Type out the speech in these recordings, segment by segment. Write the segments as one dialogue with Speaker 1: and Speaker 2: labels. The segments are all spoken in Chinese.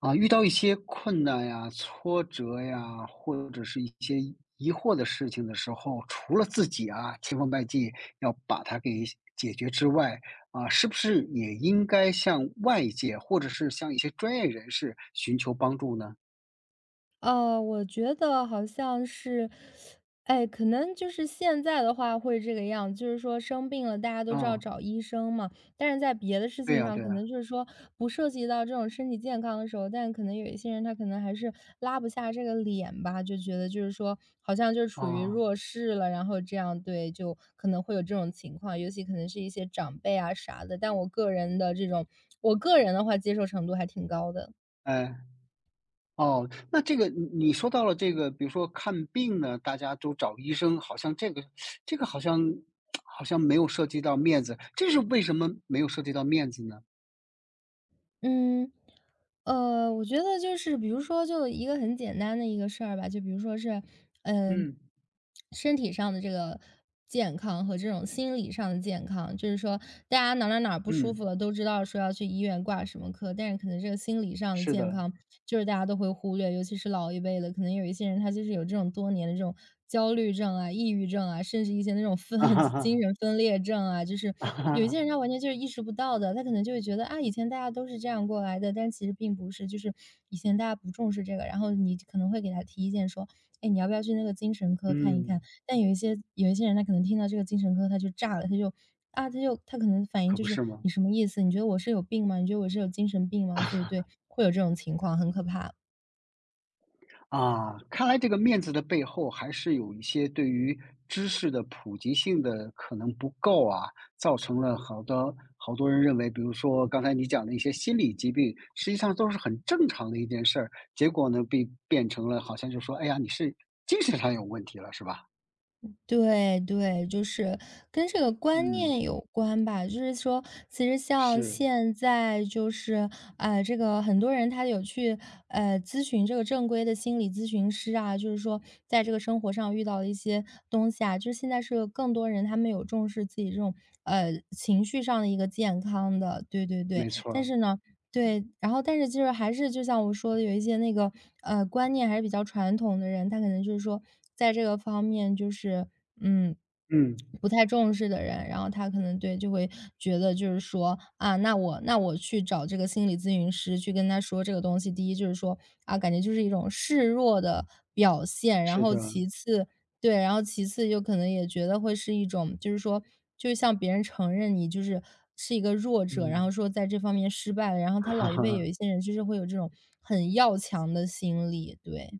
Speaker 1: 啊，遇到一些困难呀、挫折呀，或者是一些疑惑的事情的时候，除了自己啊千方百计要把它给解决之外，啊，是不是也应该向外界或者是向一些专业人士寻求帮助呢？
Speaker 2: 我觉得好像是，哎，可能就是现在的话会这个样，就是说生病了，大家都知道
Speaker 1: 啊，
Speaker 2: 找医生嘛。但是在别的事
Speaker 1: 对
Speaker 2: 情
Speaker 1: 呀，
Speaker 2: 上，
Speaker 1: 对
Speaker 2: 可能
Speaker 1: 呀，
Speaker 2: 就是说不涉及到这种身体健康的时候，但可能有一些人他可能还是拉不下这个脸吧，就觉得就是说好像就处于
Speaker 1: 哦，
Speaker 2: 弱势了，然后这样对，就可能会有这种情况，尤其可能是一些长辈啊啥的。但我个人的这种，我个人的话接受程度还挺高的。
Speaker 1: 哎，哦，那这个你说到了这个，比如说看病呢，大家都找医生，好像这个好像没有涉及到面子，这是为什么没有涉及到面子呢？
Speaker 2: 嗯，我觉得就是比如说就一个很简单的一个事儿吧，就比如说是，嗯、
Speaker 1: 嗯，
Speaker 2: 身体上的这个健康和这种心理上的健康，就是说大家哪儿不舒服
Speaker 1: 嗯，
Speaker 2: 了，都知道说要去医院挂什么科，但是可能这个心理上的
Speaker 1: 是
Speaker 2: 健
Speaker 1: 的。
Speaker 2: 康，就是大家都会忽略，尤其是老一辈的，可能有一些人他就是有这种多年的这种焦虑症啊、抑郁症啊，甚至一些那种
Speaker 1: 啊
Speaker 2: 分
Speaker 1: 哈
Speaker 2: 精
Speaker 1: 哈
Speaker 2: 神分裂症啊，就是
Speaker 1: 啊哈
Speaker 2: 有一
Speaker 1: 哈。
Speaker 2: 些人他完全就是意识不到的，他可能就会觉得啊，以前大家都是这样过来的，但其实并不是，就是以前大家不重视这个，然后你可能会给他提意见说，哎，你要不要去那个精神科看一
Speaker 1: 嗯，
Speaker 2: 看？但有一些人他可能听到这个精神科他就炸了，他就啊，他就他可能反应
Speaker 1: 可
Speaker 2: 就
Speaker 1: 不
Speaker 2: 是
Speaker 1: 是吗？
Speaker 2: 你什么意思？你觉得我是有病吗？你觉得我是有精神病吗？所以对，会有这种情况，很可怕。
Speaker 1: 啊，看来这个面子的背后，还是有一些对于知识的普及性的可能不够啊，造成了好多好多人认为，比如说刚才你讲的一些心理疾病，实际上都是很正常的一件事儿，结果呢，被变成了好像就说：“哎呀，你是精神上有问题了，是吧？”
Speaker 2: 对对，就是跟这个观
Speaker 1: 嗯，
Speaker 2: 念有关吧。就是说，其实像
Speaker 1: 是，
Speaker 2: 现在就是，这个很多人他有去咨询这个正规的心理咨询师啊，就是说在这个生活上遇到的一些东西啊，就是现在是更多人他们有重视自己这种情绪上的一个健康的，对对对。
Speaker 1: 没错
Speaker 2: 但
Speaker 1: 儿，
Speaker 2: 是呢，对，然后但是就是还是就像我说的，有一些那个观念还是比较传统的人，他可能就是说在这个方面就是嗯
Speaker 1: 嗯，
Speaker 2: 不太重视的人，然后他可能对就会觉得就是说啊，那我去找这个心理咨询师去跟他说这个东西，第一就是说啊，感觉就是一种示弱的表现，然
Speaker 1: 是
Speaker 2: 后
Speaker 1: 的，
Speaker 2: 其次对，然后其次就可能也觉得会是一种，就是说，就是向别人承认你是一个弱者，然
Speaker 1: 嗯。
Speaker 2: 后说在这方面失败了，然后他
Speaker 1: 哈
Speaker 2: 老一辈有
Speaker 1: 哈。
Speaker 2: 一些人就是会有这种很要强的心理，对，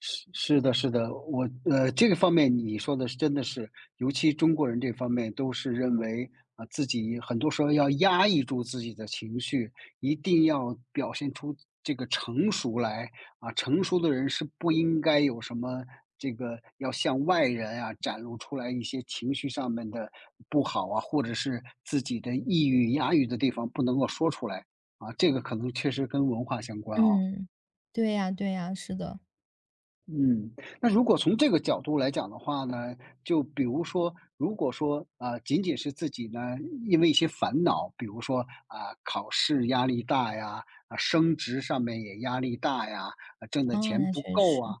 Speaker 1: 是是的，是的，我这个方面你说的是真的是，尤其中国人这方面都是认为啊、自己很多时候要压抑住自己的情绪，一定要表现出这个成熟来啊、成熟的人是不应该有什么这个要向外人啊展露出来一些情绪上面的不好啊，或者是自己的抑郁、压抑的地方不能够说出来啊，这个可能确实跟文化相关啊、
Speaker 2: 嗯，对呀，对呀，是的，
Speaker 1: 嗯，那如果从这个角度来讲的话呢，就比如说，如果说啊、仅仅是自己呢，因为一些烦恼，比如说啊、考试压力大呀，啊、升职上面也压力大呀，啊、挣的
Speaker 2: 哦，
Speaker 1: 钱
Speaker 2: 那
Speaker 1: 不
Speaker 2: 确
Speaker 1: 够
Speaker 2: 实。
Speaker 1: 啊，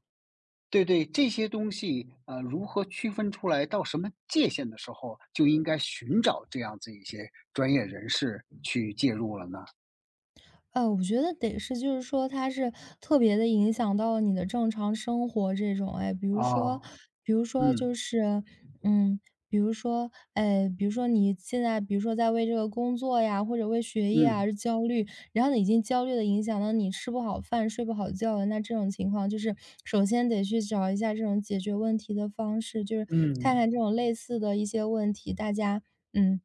Speaker 1: 对对，这些东西如何区分出来到什么界限的时候，就应该寻找这样子一些专业人士去介入了呢？
Speaker 2: 我觉得得是，就是说它是特别的影响到了你的正常生活这种哎。比如说
Speaker 1: 哦，
Speaker 2: 比如说就
Speaker 1: 嗯
Speaker 2: 是嗯，比如说哎，比如说你现在比如说在为这个工作呀，或者为学业啊
Speaker 1: 嗯
Speaker 2: 而焦虑，然后呢已经焦虑的影响到你吃不好饭、睡不好觉了。那这种情况就是首先得去找一下这种解决问题的方式，就是看
Speaker 1: 嗯
Speaker 2: 看这种类似的一些问题，大家嗯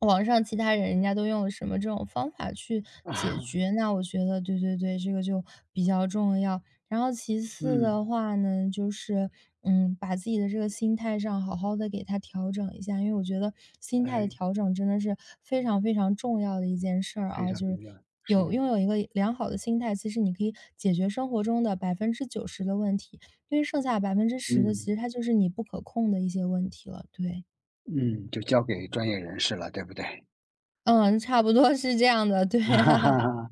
Speaker 2: 网上其他人人家都用了什么这种方法去解
Speaker 1: 啊，
Speaker 2: 决，那我觉得对对对，这个就比较重要。然后其 次
Speaker 1: 嗯，
Speaker 2: 的话呢，就是把自己的这个心态上好好的给它调整一下，因为我觉得心态的
Speaker 1: 哎。
Speaker 2: 调整真的是非常非常重要的一件事儿
Speaker 1: 非
Speaker 2: 啊，
Speaker 1: 常
Speaker 2: 就是。
Speaker 1: 重要，
Speaker 2: 有
Speaker 1: 是，
Speaker 2: 拥有一个良好的心态，其实你可以解决生活中的90%的问题，因为剩下10%的，其实
Speaker 1: 嗯，
Speaker 2: 它就是你不可控的一些问题了。对，
Speaker 1: 嗯，就交给专业人士了，对不对？
Speaker 2: 嗯，差不多是这样的，对
Speaker 1: 哈哈
Speaker 2: 啊。
Speaker 1: 哈，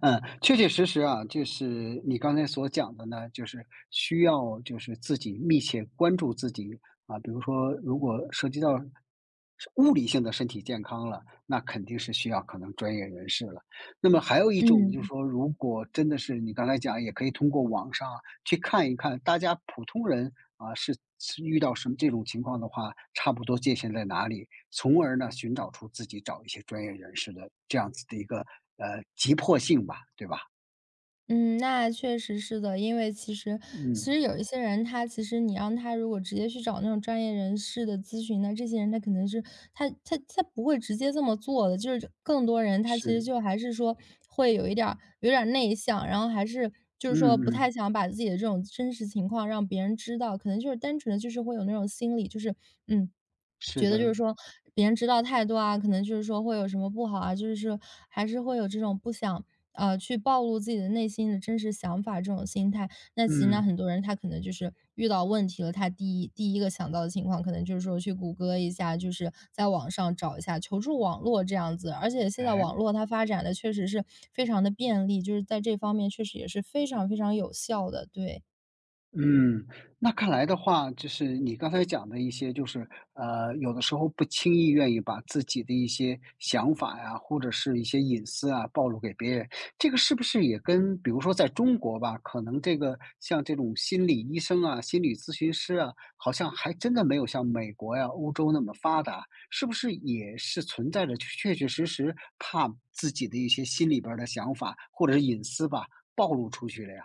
Speaker 1: 嗯，确确实实啊，就是你刚才所讲的呢，就是需要就是自己密切关注自己啊，比如说如果涉及到物理性的身体健康了，那肯定是需要可能专业人士了。那么还有一种就是
Speaker 2: 嗯，
Speaker 1: 说，如果真的是你刚才讲，也可以通过网上去看一看大家普通人啊是是遇到什么这种情况的话，差不多界限在哪里，从而呢寻找出自己找一些专业人士的这样子的一个急迫性吧，对吧？
Speaker 2: 嗯，那确实是的。因为其实
Speaker 1: 嗯，
Speaker 2: 其实有一些人，他其实你让他如果直接去找那种专业人士的咨询呢，这些人他可能是他不会直接这么做的。就是更多人他其实
Speaker 1: 是，
Speaker 2: 就还是说会有一点儿有点儿内向，然后还是就是说
Speaker 1: 嗯
Speaker 2: 不太
Speaker 1: 嗯，
Speaker 2: 想把自己的这种真实情况让别人知道，可能就是单纯的就是会有那种心理，就是嗯
Speaker 1: 是
Speaker 2: 觉得
Speaker 1: 的，
Speaker 2: 就是说别人知道太多啊，可能就是说会有什么不好啊，就是说还是会有这种不想去暴露自己的内心的真实想法这种心态。那其实呢，
Speaker 1: 嗯，
Speaker 2: 很多人他可能就是遇到问题了，他第一个想到的情况，可能就是说去谷歌一下，就是在网上找一下求助网络这样子。而且现在网
Speaker 1: 哎。
Speaker 2: 络它发展的确实是非常的便利，就是在这方面确实也是非常非常有效的。对，
Speaker 1: 嗯，那看来的话，就是你刚才讲的一些，就是有的时候不轻易愿意把自己的一些想法呀，或者是一些隐私啊，暴露给别人。这个是不是也跟，比如说在中国吧，可能这个像这种心理医生啊、心理咨询师啊，好像还真的没有像美国呀、欧洲那么发达，是不是也是存在着确确实实怕自己的一些心里边儿的想法或者是隐私吧，暴露出去了呀？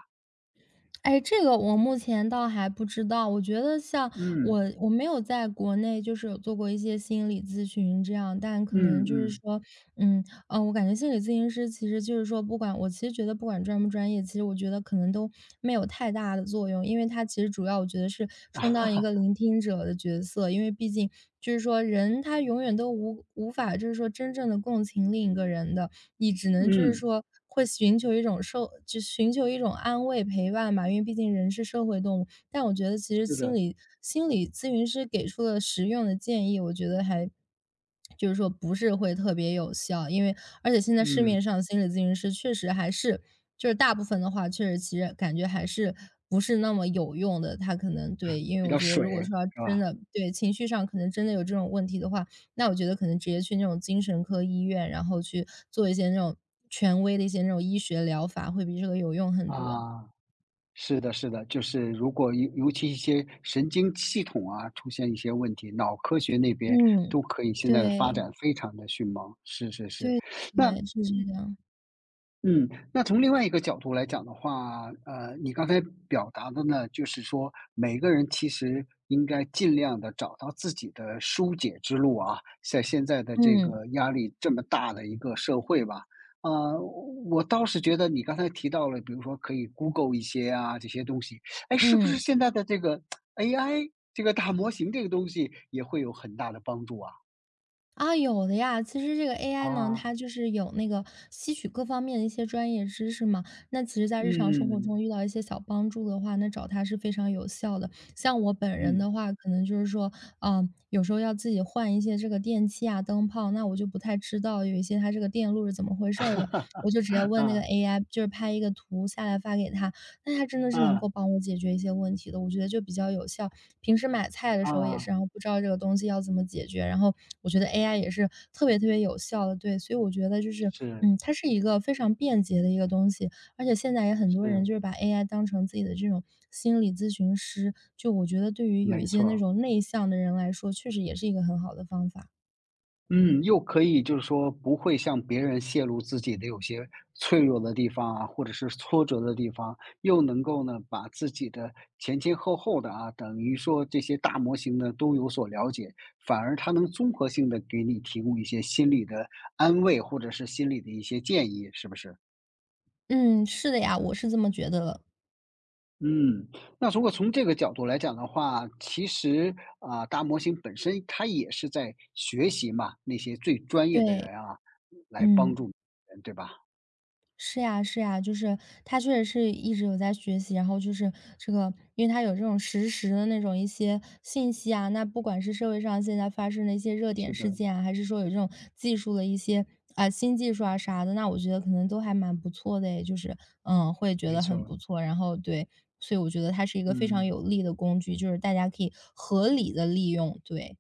Speaker 2: 哎，这个我目前倒还不知道。我觉得像
Speaker 1: 嗯
Speaker 2: 我没有在国内就是有做过一些心理咨询这样，但可能
Speaker 1: 嗯
Speaker 2: 就是
Speaker 1: 嗯。
Speaker 2: 说，嗯，我感觉心理咨询师其实就是说，不管我其实觉得不管专不专业，其实我觉得可能都没有太大的作用，因为它其实主要我觉得是充当一个聆听者的角色，因为毕竟就是说人他永远都无法就是说真正的共情另一个人的，你只能就是
Speaker 1: 嗯，
Speaker 2: 说会寻求一种安慰陪伴吧，因为毕竟人是社会动物。但我觉得其实
Speaker 1: 是
Speaker 2: 心
Speaker 1: 的，
Speaker 2: 理心理咨询师给出的实用的建议，我觉得还就是说不是会特别有效，而且现在市面
Speaker 1: 嗯，
Speaker 2: 上心理咨询师确实还是就是大部分的话，确实其实感觉还是不是那么有用的。他可能对，因为
Speaker 1: 比
Speaker 2: 我
Speaker 1: 较
Speaker 2: 觉得
Speaker 1: 水
Speaker 2: 如果说要
Speaker 1: 是
Speaker 2: 真
Speaker 1: 吧？
Speaker 2: 的对情绪上可能真的有这种问题的话，那我觉得可能直接去那种精神科医院，然后去做一些那种权威的一些那种医学疗法，会比这个有用很多。
Speaker 1: 啊，是的，是的，就是如果尤其一些神经系统啊，出现一些问题，脑科学那边
Speaker 2: 嗯，
Speaker 1: 都可以现在的发
Speaker 2: 对，
Speaker 1: 展非常的迅猛，是是是。那
Speaker 2: 对，是这样，
Speaker 1: 嗯，那从另外一个角度来讲的话，你刚才表达的呢，就是说每个人其实应该尽量的找到自己的疏解之路啊，在现在的这
Speaker 2: 嗯，
Speaker 1: 个压力这么大的一个社会吧。呃，我倒是觉得你刚才提到了，比如说可以 Google 一些啊，这些东西，哎，是不是
Speaker 2: 嗯。
Speaker 1: 现在的这个 AI 这个大模型这个东西也会有很大的帮助啊？
Speaker 2: 啊，有的呀。其实这个 AI 呢，
Speaker 1: 啊，
Speaker 2: 它就是有那个吸取各方面的一些专业知识嘛。那其实，在日常生活中
Speaker 1: 嗯，
Speaker 2: 遇到一些小帮助的话，那找它是非常有效的。像我本人
Speaker 1: 嗯，
Speaker 2: 的话，可能就是说，有时候要自己换一些这个电器啊、灯泡，那我就不太知道有一些它这个电路是怎么回事儿的，我 就直接问那个
Speaker 1: 啊，
Speaker 2: AI,就是拍一个图下来发给他，那它真的是能
Speaker 1: 啊。
Speaker 2: 够帮我解决一些问题的，我觉得就比较有效。平时买菜的时候也
Speaker 1: 啊，
Speaker 2: 是，然后不知道这个东西要怎么解决，然后我觉得 AI 也是特别特别有效的，对，所以我觉得就是，
Speaker 1: 是
Speaker 2: 嗯，它是一个非常便捷的一个东西，而且现在也很多人
Speaker 1: 是，
Speaker 2: 就是把 AI 当成自己的这种心理咨询师，就我觉得对于有一
Speaker 1: 没
Speaker 2: 些
Speaker 1: 错
Speaker 2: 那
Speaker 1: 儿。
Speaker 2: 种内向的人来说，确实也是一个很好的方法。
Speaker 1: 嗯，又可以就是说不会向别人泄露自己的有些脆弱的地方啊，或者是挫折的地方，又能够呢把自己的前前后后的啊，等于说这些大模型呢都有所了解，反而它能综合性的给你提供一些心理的安慰，或者是心理的一些建议，是不是？
Speaker 2: 嗯，是的呀，我是这么觉得的，
Speaker 1: 嗯，那如果从这个角度来讲的话，其实啊，大模型本身它也是在学习嘛，那些最专业的
Speaker 2: 对，
Speaker 1: 人啊，来
Speaker 2: 嗯。
Speaker 1: 帮助人，对吧？
Speaker 2: 是呀，是呀，就是他确实是一直有在学习，然后就是，因为他有这种实时的那种一些信息啊，那不管是社会上现在发生的一些热点
Speaker 1: 是
Speaker 2: 事
Speaker 1: 的，
Speaker 2: 件啊，还是说有这种技术的一些啊、新技术啊啥的，那我觉得可能都还蛮不错的诶，就是嗯，会觉
Speaker 1: 没
Speaker 2: 得很不
Speaker 1: 错，
Speaker 2: 错。然后对，所以我觉得它是一个非常
Speaker 1: 嗯。
Speaker 2: 有利的工具，就是大家可以合理的利用。对，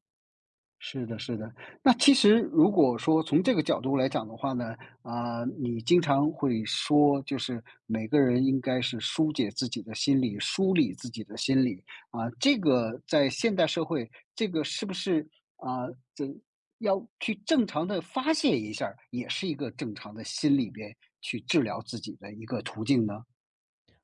Speaker 1: 是的，是的。那其实如果说从这个角度来讲的话呢，啊、你经常会说，就是每个人应该是疏解自己的心理，梳理自己的心理啊、这个在现代社会，这个是不是啊、这要去正常的发泄一下儿也是一个正常的心里边去治疗自己的一个途径呢？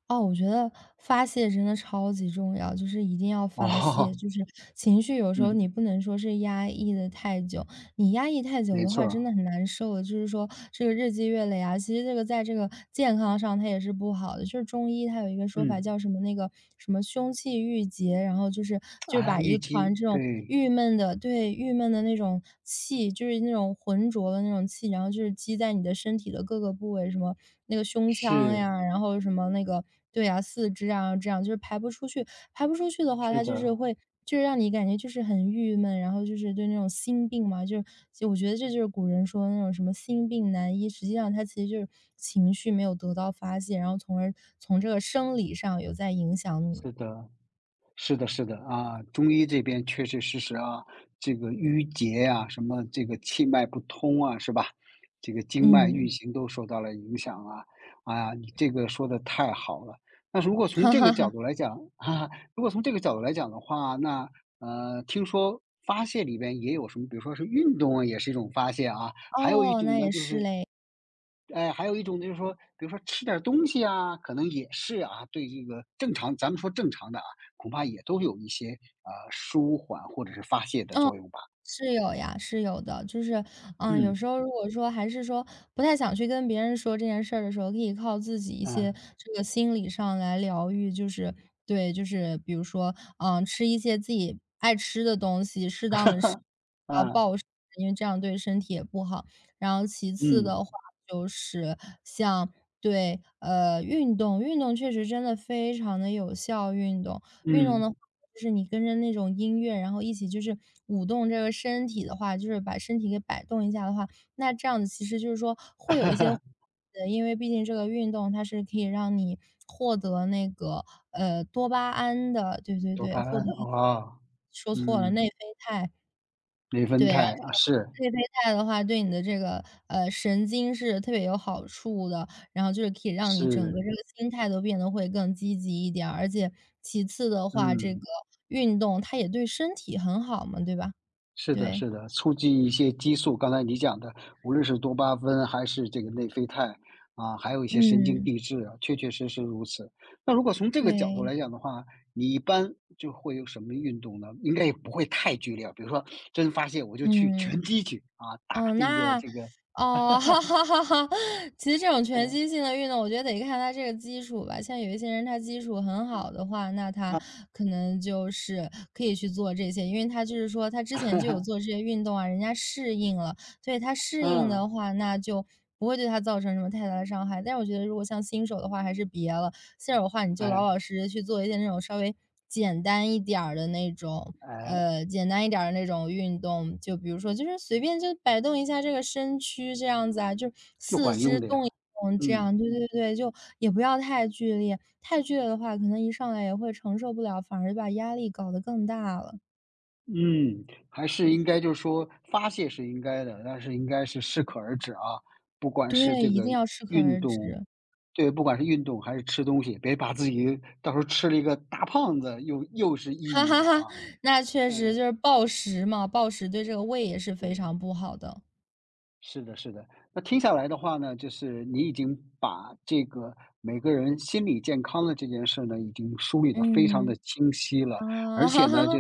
Speaker 2: 哦，我觉得发泄真的超级重要，就是一定要发泄。
Speaker 1: 哦，
Speaker 2: 就是 情绪有时候你
Speaker 1: 嗯，
Speaker 2: 不能说是压抑的太久，你压抑太久
Speaker 1: 没
Speaker 2: 的
Speaker 1: 错
Speaker 2: 话，
Speaker 1: 儿，
Speaker 2: 真的很难受的。就是说这个日积月累啊，其实这个在这个健康上它也是不好的。就是中医它有一个说法
Speaker 1: 嗯，
Speaker 2: 叫什么那个什么胸气郁结，然后就是
Speaker 1: 啊，
Speaker 2: 把一
Speaker 1: 预期，
Speaker 2: 团这种
Speaker 1: 对，
Speaker 2: 郁闷的对，郁闷的那种气，就是那种浑浊的那种气，然后就是积在你的身体的各个部位，什么那个胸腔
Speaker 1: 是
Speaker 2: 呀，然后什么那个对呀四肢啊，这样就是排不出去。排不出去的话，
Speaker 1: 是
Speaker 2: 它就是
Speaker 1: 的，
Speaker 2: 会就是让你感觉就是很郁闷，然后就是对那种心病嘛，就我觉得这就是古人说的那种什么心病难医，实际上他其实就是情绪没有得到发泄，然后从而从这个生理上有在影响你。
Speaker 1: 是的。是的，是的啊，中医这边确确实实啊，这个淤结呀、什么这个气脉不通啊，是吧？这个经脉运
Speaker 2: 嗯，
Speaker 1: 行都受到了影响啊！啊，你这个说的太好了。那如果 从
Speaker 2: 哈
Speaker 1: 这个
Speaker 2: 哈哈，
Speaker 1: 角度来讲，哈、如果从这个角度来讲的话，那听说发泄里边也有什么，比如说是运动啊，也是一种发泄啊，还有一
Speaker 2: 哦，
Speaker 1: 种
Speaker 2: 那
Speaker 1: 呢，
Speaker 2: 也
Speaker 1: 就
Speaker 2: 是
Speaker 1: 是
Speaker 2: 嘞，
Speaker 1: 哎，还有一种就是说，比如说吃点儿东西啊，可能也是啊，对这个正常，咱们说正常的啊，恐怕也都有一些舒缓或者是发泄的
Speaker 2: 嗯。
Speaker 1: 作用吧。
Speaker 2: 是有呀，是有的，就是，嗯，有时
Speaker 1: 嗯，
Speaker 2: 候如果说还是说不太想去跟别人说这件事儿的时候，可以靠自己一些
Speaker 1: 啊
Speaker 2: 这个心理上来疗愈，就是对，就是比如说，嗯，吃一些自己爱吃的东西，适当的吃，不要
Speaker 1: 啊，
Speaker 2: 暴食，因为这样对身体也不好。然后其次的
Speaker 1: 嗯
Speaker 2: 话就是像对，运动，运动确实真的非常的有效，运动。运动
Speaker 1: 嗯，
Speaker 2: 的话，就是你跟着那种音乐，然后一起就是舞动这个身体的话，就是把身体给摆动一下的话，那这样子其实就是说会有一些 因为毕竟这个运动它是可以让你获得那个多巴胺的，对对
Speaker 1: 多
Speaker 2: 对，
Speaker 1: 巴
Speaker 2: 获
Speaker 1: 胺
Speaker 2: 得一
Speaker 1: 哦，
Speaker 2: 说错了
Speaker 1: 嗯，
Speaker 2: 内啡肽，
Speaker 1: 内啡
Speaker 2: 对，然
Speaker 1: 肽啊，是
Speaker 2: 内啡肽的话，对你的这个，神经是特别有好处的，然后就是可以让你整个这
Speaker 1: 是，
Speaker 2: 个心态都变得会更积极一点儿，而且其次的话，这个
Speaker 1: 嗯。
Speaker 2: 运动它也对身体很好嘛，对吧？
Speaker 1: 是的，
Speaker 2: 对，
Speaker 1: 是的，促进一些激素，刚才你讲的，无论是多巴胺还是这个内啡肽啊，还有一些神经
Speaker 2: 嗯，
Speaker 1: 递质啊，确确实实如此。那如果从这个角度
Speaker 2: 对，
Speaker 1: 来讲的话，你一般就会有什么运动呢？应该也不会太剧烈，比如说真发泄我就去拳
Speaker 2: 嗯。
Speaker 1: 击去啊，打
Speaker 2: 哦，
Speaker 1: 这个
Speaker 2: 那
Speaker 1: 这个，
Speaker 2: 哦，哈哈哈哈，其实这种全
Speaker 1: 嗯，
Speaker 2: 击性的运动，我觉得得看他这个基础吧。像有一些人他基础很好的话，那他
Speaker 1: 啊，
Speaker 2: 可能就是可以去做这些，因为他就是说他之前就有做 这些运动啊，人家适应了，所以他适应
Speaker 1: 嗯，
Speaker 2: 的话，那就不会对他造成什么太大的伤害。但是我觉得如果像新手的话，还是别了，现手的话，你就老
Speaker 1: 哎
Speaker 2: 老实实去做一些那种稍微简单一点儿的那种
Speaker 1: 哎，
Speaker 2: 简单一点儿的那种运动。就比如说就是随便就摆动一下这个身躯这样子啊，就
Speaker 1: 又
Speaker 2: 四
Speaker 1: 管
Speaker 2: 肢
Speaker 1: 用的呀，
Speaker 2: 动一动这
Speaker 1: 嗯。
Speaker 2: 样，对对对，就也不要太剧烈。太剧烈的话，可能一上来也会承受不了，反而把压力搞得更大了。
Speaker 1: 嗯，还是应该就是说发泄是应该的，但是应该是适可而止啊。不管是
Speaker 2: 对，
Speaker 1: 这
Speaker 2: 一定
Speaker 1: 个
Speaker 2: 要适可
Speaker 1: 运
Speaker 2: 而
Speaker 1: 动
Speaker 2: 止。
Speaker 1: 对，不管是运动还是吃东西，别把自己到时候吃了一个大胖子，又是 抑
Speaker 2: 哈
Speaker 1: 郁
Speaker 2: 哈
Speaker 1: 了
Speaker 2: 哈，
Speaker 1: 啊。
Speaker 2: 那确
Speaker 1: 嗯，
Speaker 2: 实就是暴食嘛，暴食对这个胃也是非
Speaker 1: 对。
Speaker 2: 常不好的。
Speaker 1: 是的，是的。那听下来的话呢，就是你已经把这个每个人心理健康的这件事呢，已经梳理的非常的
Speaker 2: 嗯，
Speaker 1: 清晰了。
Speaker 2: 啊。
Speaker 1: 而 且
Speaker 2: 哈
Speaker 1: 呢，
Speaker 2: 哈。
Speaker 1: 就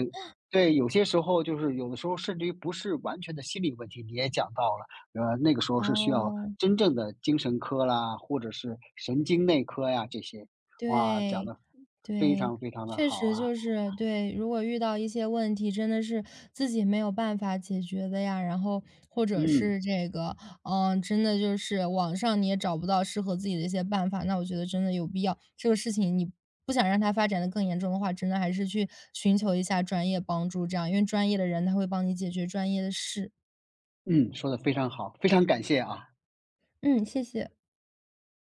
Speaker 1: 对，有些时候就是有的时候甚至于不是完全的心理问题，你也讲到了，那个时候是需要
Speaker 2: 哦，
Speaker 1: 真正的精神科啦，或者是神经内科呀这些。哇，讲
Speaker 2: 对，
Speaker 1: 的非
Speaker 2: 对，
Speaker 1: 常非常的
Speaker 2: 确
Speaker 1: 好
Speaker 2: 实
Speaker 1: 啊。
Speaker 2: 就是对，如果遇到一些问题，真的是自己没有办法解决的呀，然后或者
Speaker 1: 嗯，
Speaker 2: 是这个，嗯，真的就是网上你也找不到适合自己的一些办法，那我觉得真的有必要，这个事情你不想让它发展的更严重的话，真的还是去寻求一下专业帮助，这样，因为专业的人他会帮你解决专业的事。
Speaker 1: 嗯，说的非常好，非常感谢啊。
Speaker 2: 嗯，谢谢。